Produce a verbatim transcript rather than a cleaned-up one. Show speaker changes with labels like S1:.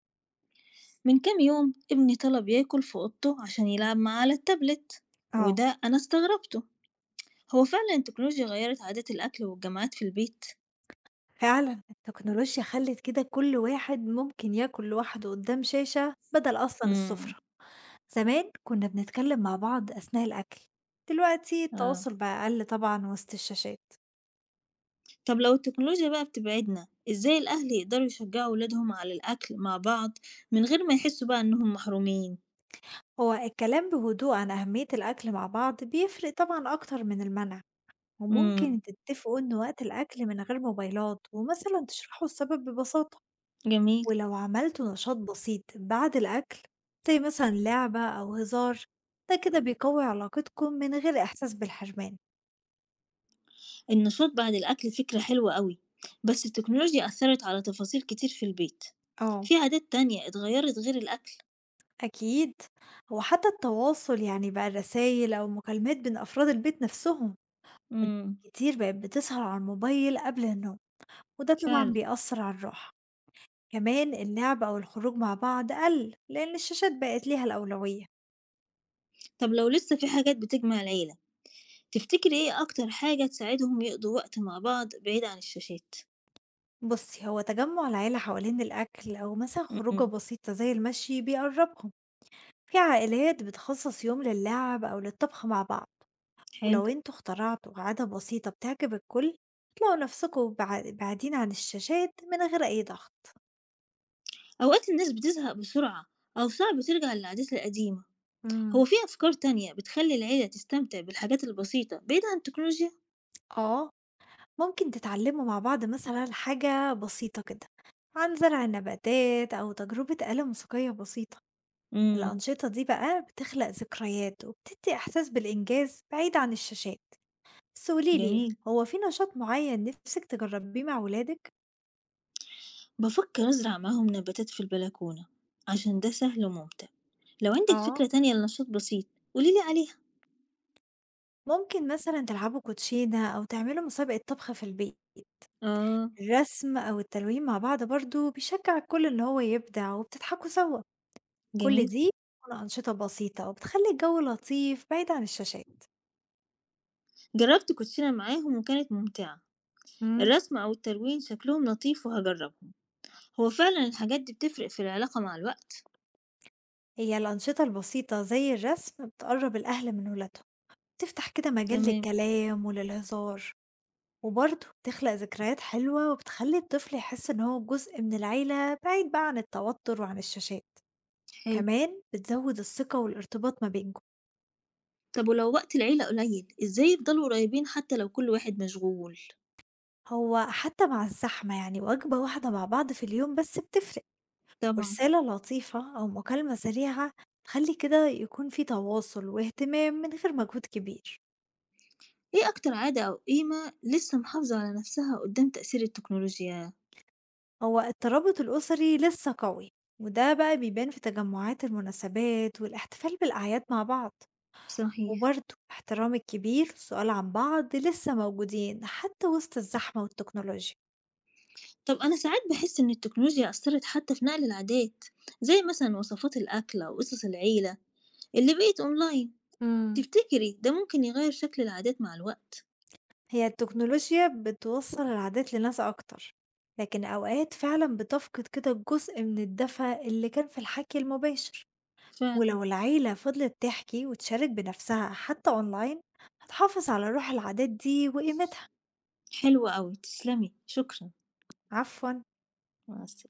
S1: من كام يوم ابني طلب ياكل في أوضته عشان يلعب معاه على التابلت.
S2: آه،
S1: وده أنا استغربته. هو فعلا التكنولوجيا غيرت عادات الأكل والجامعات في البيت؟
S2: فعلًا التكنولوجيا خلّت كده كل واحد ممكن ياكل لوحده قدّام شاشة بدل أصلًا
S1: مم.
S2: السفرة، زمان كنا بنتكلم مع بعض أثناء الأكل، دلوقتي
S1: آه.
S2: التواصل بقى أقل طبعًا وسط الشاشات،
S1: طب لو التكنولوجيا بقى بتبعدنا، إزاي الأهل يقدروا يشجعوا ولادهم على الأكل مع بعض من غير ما يحسوا بقى إنهم محرومين؟
S2: هو الكلام بهدوء عن أهمية الأكل مع بعض بيفرق طبعًا أكتر من المنع،
S1: مم.
S2: وممكن تتفقوا إن وقت الأكل من غير موبايلات ومثلًا تشرحوا السبب ببساطة.
S1: جميل.
S2: ولو عملتوا نشاط بسيط بعد الأكل زي مثلا لعبة أو هزار ده كده بيقوي علاقتكم من غير إحساس بالحرمان.
S1: النشاط بعد الأكل فكرة حلوة قوي، بس التكنولوجيا أثرت على تفاصيل كتير في البيت.
S2: اه.
S1: في عادات تانية اتغيرت غير الأكل؟
S2: أكيد، هو حتى التواصل يعني بقى رسايل أو مكالمات بين أفراد البيت نفسهم،
S1: مم.
S2: كتير بقت بتسهر على الموبايل قبل النوم وده طبعا
S1: فعلا.
S2: بيأثر على الراحة. كمان اللعب أو الخروج مع بعض قل لأن الشاشات بقت ليها الأولوية.
S1: طب لو لسه في حاجات بتجمع العيلة، تفتكري إيه أكتر حاجة تساعدهم يقضوا وقت مع بعض بعيد عن الشاشات؟
S2: بصي، هو تجمع العيلة حوالين الأكل أو مثلا خروجة
S1: إمم.
S2: بسيطة زي المشي بيقربهم، في عائلات بتخصص يوم للعب أو للطبخ مع بعض. ولو
S1: حلو.
S2: انتوا اخترعتوا عادة بسيطة بتعجب الكل هتلاقوا نفسكوا بع- بعيدين عن الشاشات من غير أي ضغط.
S1: أوقات الناس بتزهق بسرعة أو صعب ترجع للعادات القديمة،
S2: امم.
S1: هو في أفكار تانية بتخلي العيلة تستمتع بالحاجات البسيطة بعيد عن التكنولوجيا؟
S2: اه، ممكن تتعلموا مع بعض مثلا حاجة بسيطة كده عن زرع النباتات أو تجربة آلة موسيقية بسيطة،
S1: إمم.
S2: الأنشطة دي بقى بتخلق ذكريات وبتدي إحساس بالإنجاز بعيد عن الشاشات. بس قوليلي،
S1: جميل.
S2: هو في نشاط معين نفسك تجربيه مع ولادك؟
S1: بفكر أزرع معاهم نباتات في البلكونة عشان ده سهل وممتع. لو عندك
S2: اه،
S1: فكرة تانية لنشاط بسيط، قولي لي عليها.
S2: ممكن مثلًا تلعبوا كوتشينة أو تعملوا مسابقة طبخ في البيت،
S1: آه،
S2: الرسم أو التلوين مع بعض برضه بيشجّع الكل إن هو يبدع وبتضحكوا سوا، كل
S1: جميل.
S2: دي بتكون أنشطة بسيطة وبتخلّي الجو لطيف بعيد عن الشاشات.
S1: جربت كوتشينة معاهم وكانت ممتعة.
S2: امم.
S1: الرسم أو التلوين شكلهم لطيف وهجربهم. هو فعلا الحاجات دي بتفرق في العلاقة مع الوقت؟
S2: هي الأنشطة البسيطة زي الرسم بتقرّب الأهل من ولادهم، بتفتح كده مجال
S1: تمام.
S2: للكلام وللهزار، وبرضه بتخلق ذكريات حلوة وبتخلّي الطفل يحس إن هو جزء من العيلة بعيد بقى عن التوتر وعن الشاشات،
S1: حلو.
S2: كمان بتزوّد الثقة والارتباط ما بينكم.
S1: طب ولو وقت العيلة قليل، ازاي يفضلوا قريبين حتى لو كل واحد مشغول؟
S2: هو حتى مع الزحمة يعني وجبة واحدة مع بعض في اليوم بس بتفرق،
S1: طبعا.
S2: ورسالة لطيفة أو مكالمة سريعة تخلي كده يكون في تواصل واهتمام من غير مجهود كبير.
S1: ايه أكتر عادة أو قيمة لسه محافظة على نفسها قدام تأثير التكنولوجيا؟
S2: هو الترابط الأسري لسه قوي، وده بقى بيبان في تجمعات المناسبات والاحتفال بالأعياد مع بعض،
S1: صحيح.
S2: وبرضه احترام الكبير والسؤال عن بعض لسه موجودين حتى وسط الزحمة والتكنولوجيا.
S1: طب أنا ساعات بحس إن التكنولوجيا أثرت حتى في نقل العادات، زي مثلا وصفات الأكل أو قصص العيلة اللي بقيت أونلاين.
S2: مم.
S1: تفتكري ده ممكن يغير شكل العادات مع الوقت؟
S2: هي التكنولوجيا بتوصّل العادات لناس أكتر، لكن أوقات فعلًا بتفقد كده جزء من الدفى اللي كان في الحَكي المباشر،
S1: فعلا.
S2: ولو العيلة فضلت تحكي وتشارك بنفسها حتى أونلاين، هتحافظ على روح العادات دي وقيمتها.
S1: حلو أوي، تسلمي، شكرًا.
S2: عفوًا.
S1: مع الس